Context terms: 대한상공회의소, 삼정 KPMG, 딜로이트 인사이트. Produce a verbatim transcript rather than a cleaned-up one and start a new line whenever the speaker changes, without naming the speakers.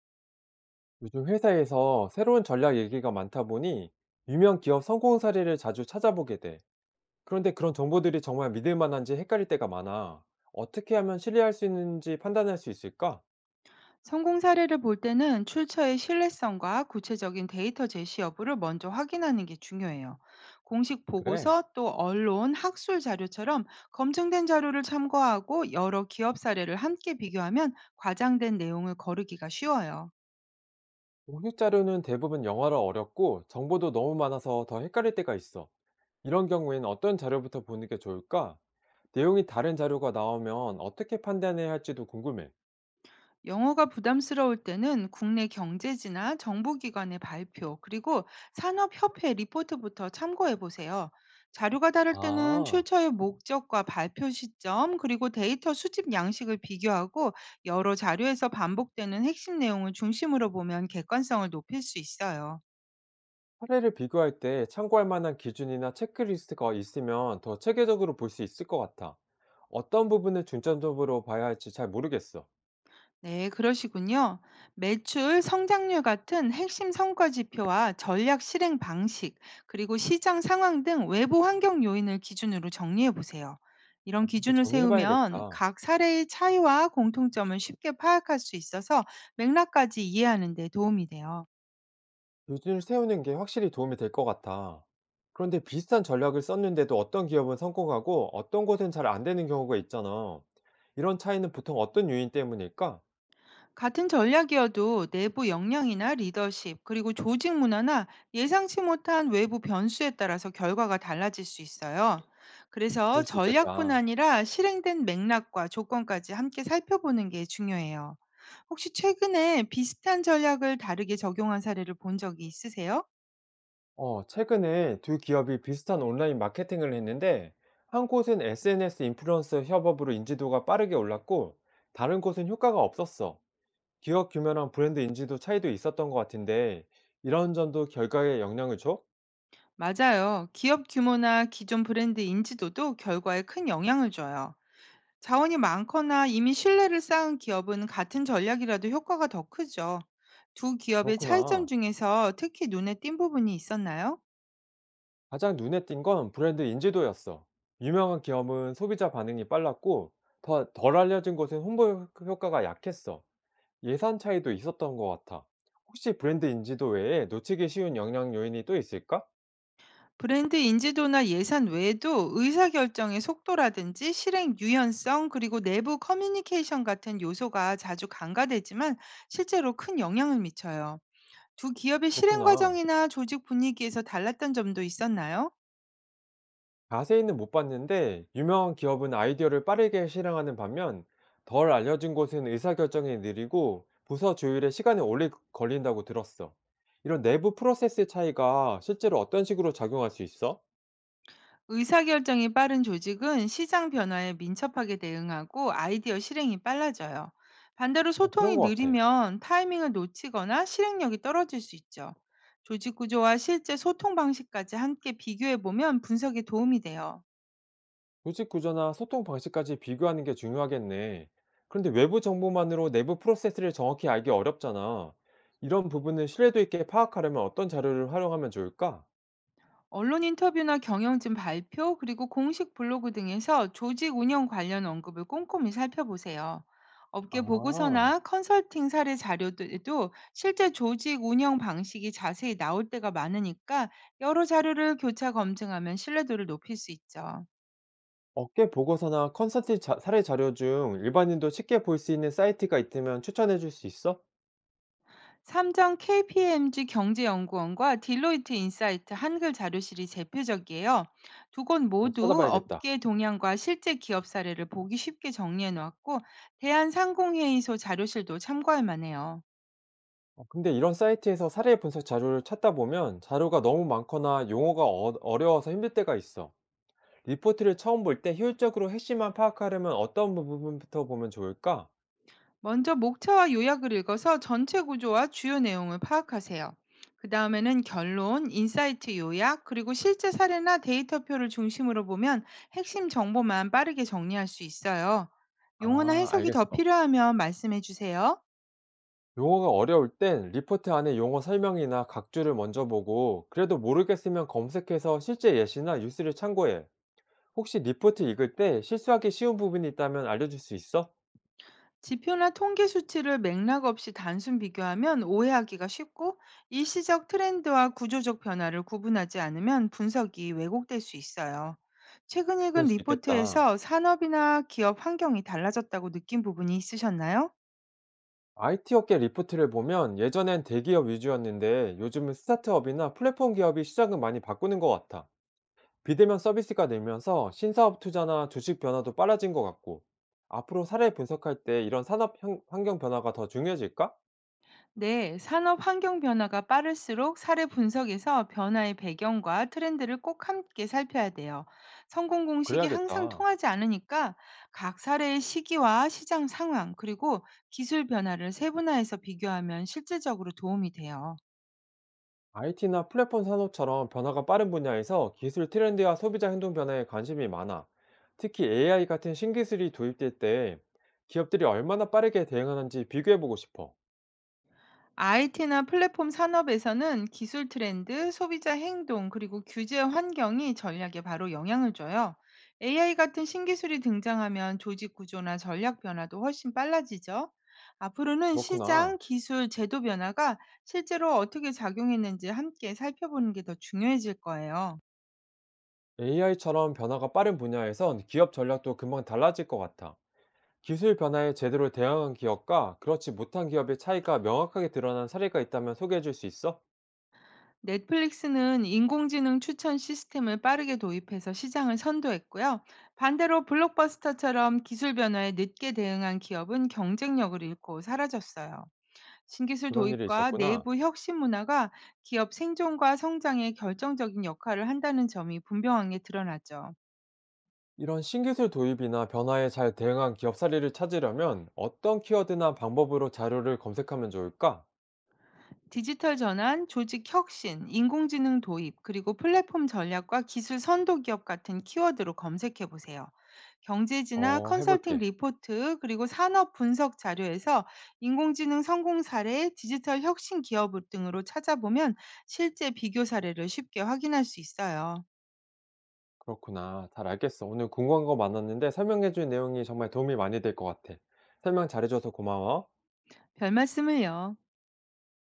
요즘 회사에서 새로운 전략 얘기가 많다 보니 유명 기업 성공 사례를 자주 찾아보게 돼. 그런데 그런 정보들이 정말 믿을 만한지 헷갈릴 때가 많아. 어떻게 하면 신뢰할 수 있는지 판단할 수 있을까?
성공 사례를 볼 때는 출처의 신뢰성과 구체적인 데이터 제시 여부를 먼저 확인하는 게 중요해요. 공식
그래.
보고서 또 언론, 학술 자료처럼 검증된 자료를 참고하고 여러 기업 사례를 함께 비교하면 과장된 내용을 거르기가 쉬워요.
공식 자료는 대부분 영어라 어렵고 정보도 너무 많아서 더 헷갈릴 때가 있어. 이런 경우에는 어떤 자료부터 보는 게 좋을까? 내용이 다른 자료가 나오면 어떻게 판단해야 할지도 궁금해.
영어가 부담스러울 때는 국내 경제지나 정보기관의 발표, 그리고 산업협회 리포트부터 참고해 보세요. 자료가 다를 때는
아.
출처의 목적과 발표 시점, 그리고 데이터 수집 양식을 비교하고 여러 자료에서 반복되는 핵심 내용을 중심으로 보면 객관성을 높일 수 있어요.
사례를 비교할 때 참고할 만한 기준이나 체크리스트가 있으면 더 체계적으로 볼 수 있을 것 같아. 어떤 부분을 중점적으로 봐야 할지 잘 모르겠어.
네, 그러시군요. 매출, 성장률 같은 핵심 성과 지표와 전략 실행 방식, 그리고 시장 상황 등 외부 환경 요인을 기준으로 정리해 보세요. 이런
어, 한번
기준을 세우면
정리해봐야겠다.
각 사례의 차이와 공통점을 쉽게 파악할 수 있어서 맥락까지 이해하는 데 도움이 돼요.
기준을 세우는 게 확실히 도움이 될 것 같아. 그런데 비슷한 전략을 썼는데도 어떤 기업은 성공하고 어떤 곳은 잘 안 되는 경우가 있잖아. 이런 차이는 보통 어떤 요인 때문일까?
같은 전략이어도 내부 역량이나 리더십, 그리고 조직 문화나 예상치 못한 외부 변수에 따라서 결과가 달라질 수 있어요. 그래서
그럴 수
전략뿐
있겠다.
아니라 실행된 맥락과 조건까지 함께 살펴보는 게 중요해요. 혹시 최근에 비슷한 전략을 다르게 적용한 사례를 본 적이 있으세요?
어, 최근에 두 기업이 비슷한 온라인 마케팅을 했는데, 한 곳은 에스엔에스 인플루언서 협업으로 인지도가 빠르게 올랐고, 다른 곳은 효과가 없었어. 기업 규모랑 브랜드 인지도 차이도 있었던 것 같은데, 이런 점도 결과에 영향을 줘?
맞아요. 기업 규모나 기존 브랜드 인지도도 결과에 큰 영향을 줘요. 자원이 많거나 이미 신뢰를 쌓은 기업은 같은 전략이라도 효과가 더 크죠. 두 기업의 차이점
그렇구나.
중에서 특히 눈에 띈 부분이 있었나요?
가장 눈에 띈 건 브랜드 인지도였어. 유명한 기업은 소비자 반응이 빨랐고, 더, 덜 알려진 곳은 홍보 효- 효과가 약했어. 예산 차이도 있었던 것 같아. 혹시 브랜드 인지도 외에 놓치기 쉬운 영향 요인이 또 있을까?
브랜드 인지도나 예산 외에도 의사결정의 속도라든지 실행 유연성 그리고 내부 커뮤니케이션 같은 요소가 자주 간과되지만 실제로 큰 영향을 미쳐요. 두 기업의 실행
그렇구나.
과정이나 조직 분위기에서 달랐던 점도 있었나요?
자세히는 못 봤는데 유명한 기업은 아이디어를 빠르게 실행하는 반면 덜 알려진 곳은 의사결정이 느리고 부서 조율에 시간이 오래 걸린다고 들었어. 이런 내부 프로세스 차이가 실제로 어떤 식으로 작용할 수 있어?
의사결정이 빠른 조직은 시장 변화에 민첩하게 대응하고 아이디어 실행이 빨라져요. 반대로
어, 그런
소통이
것 같아.
느리면 타이밍을 놓치거나 실행력이 떨어질 수 있죠. 조직 구조와 실제 소통 방식까지 함께 비교해 보면 분석에 도움이 돼요.
조직 구조나 소통 방식까지 비교하는 게 중요하겠네. 그런데 외부 정보만으로 내부 프로세스를 정확히 알기 어렵잖아. 이런 부분을 신뢰도 있게 파악하려면 어떤 자료를 활용하면 좋을까?
언론 인터뷰나 경영진 발표, 그리고 공식 블로그 등에서 조직 운영 관련 언급을 꼼꼼히 살펴보세요. 업계
아.
보고서나 컨설팅 사례 자료들에도 실제 조직 운영 방식이 자세히 나올 때가 많으니까 여러 자료를 교차 검증하면 신뢰도를 높일 수 있죠.
업계 보고서나 컨설팅 자 사례 자료 중 일반인도 쉽게 볼 수 있는 사이트가 있으면 추천해 줄 수 있어?
삼정 케이피엠지 경제연구원과 딜로이트 인사이트 한글 자료실이 대표적이에요. 두 곳
한번
모두
찾아봐야겠다.
업계 동향과 실제 기업 사례를 보기 쉽게 정리해 놓았고 대한상공회의소 자료실도 참고할 만해요.
어 근데 이런 사이트에서 사례 분석 자료를 찾다 보면 자료가 너무 많거나 용어가 어 어려워서 힘들 때가 있어. 리포트를 처음 볼 때 효율적으로 핵심만 파악하려면 어떤 부분부터 보면 좋을까?
먼저 목차와 요약을 읽어서 전체 구조와 주요 내용을 파악하세요. 그 다음에는 결론, 인사이트 요약, 그리고 실제 사례나 데이터표를 중심으로 보면 핵심 정보만 빠르게 정리할 수 있어요. 용어나
아,
해석이 더
알겠어.
필요하면 말씀해 주세요.
용어가 어려울 땐 리포트 안에 용어 설명이나 각주를 먼저 보고 그래도 모르겠으면 검색해서 실제 예시나 뉴스를 참고해. 혹시 리포트 읽을 때 실수하기 쉬운 부분이 있다면 알려줄 수 있어?
지표나 통계 수치를 맥락 없이 단순 비교하면 오해하기가 쉽고 일시적 트렌드와 구조적 변화를 구분하지 않으면 분석이 왜곡될 수 있어요. 최근 읽은
그럴 수 있겠다.
리포트에서 산업이나 기업 환경이 달라졌다고 느낀 부분이 있으셨나요?
아이티 업계 리포트를 보면 예전엔 대기업 위주였는데 요즘은 스타트업이나 플랫폼 기업이 시장을 많이 바꾸는 것 같아. 비대면 서비스가 늘면서 신사업 투자나 주식 변화도 빨라진 것 같고 앞으로 사례 분석할 때 이런 산업 형- 환경 변화가 더 중요해질까?
네, 산업 환경 변화가 빠를수록 사례 분석에서 변화의 배경과 트렌드를 꼭 함께 살펴야 돼요. 성공 공식이 항상
그래야겠다.
통하지 않으니까 각 사례의 시기와 시장 상황, 그리고 기술 변화를 세분화해서 비교하면 실질적으로 도움이 돼요.
아이티나 플랫폼 산업처럼 변화가 빠른 분야에서 기술 트렌드와 소비자 행동 변화에 관심이 많아. 특히 에이아이 같은 신기술이 도입될 때 기업들이 얼마나 빠르게 대응하는지 비교해보고 싶어.
아이티나 플랫폼 산업에서는 기술 트렌드, 소비자 행동, 그리고 규제 환경이 전략에 바로 영향을 줘요. 에이아이 같은 신기술이 등장하면 조직 구조나 전략 변화도 훨씬 빨라지죠. 앞으로는 시장,
그렇구나.
기술, 제도 변화가 실제로 어떻게 작용했는지 함께 살펴보는 게 더 중요해질 거예요.
에이아이처럼 변화가 빠른 분야에선 기업 전략도 금방 달라질 것 같아. 기술 변화에 제대로 대응한 기업과 그렇지 못한 기업의 차이가 명확하게 드러난 사례가 있다면 소개해줄 수 있어?
넷플릭스는 인공지능 추천 시스템을 빠르게 도입해서 시장을 선도했고요. 반대로 블록버스터처럼 기술 변화에 늦게 대응한 기업은 경쟁력을 잃고 사라졌어요. 신기술
그런 일이
도입과
있었구나.
내부 혁신 문화가 기업 생존과 성장에 결정적인 역할을 한다는 점이 분명하게 드러나죠.
이런 신기술 도입이나 변화에 잘 대응한 기업 사례를 찾으려면 어떤 키워드나 방법으로 자료를 검색하면 좋을까?
디지털 전환, 조직 혁신, 인공지능 도입, 그리고 플랫폼 전략과 기술 선도 기업 같은 키워드로 검색해 보세요. 경제지나
어,
컨설팅
해볼게.
리포트, 그리고 산업 분석 자료에서 인공지능 성공 사례, 디지털 혁신 기업 등으로 찾아보면 실제 비교 사례를 쉽게 확인할 수 있어요.
그렇구나. 잘 알겠어. 오늘 궁금한 거 많았는데 설명해준 내용이 정말 도움이 많이 될 것 같아. 설명 잘해줘서 고마워.
별 말씀을요.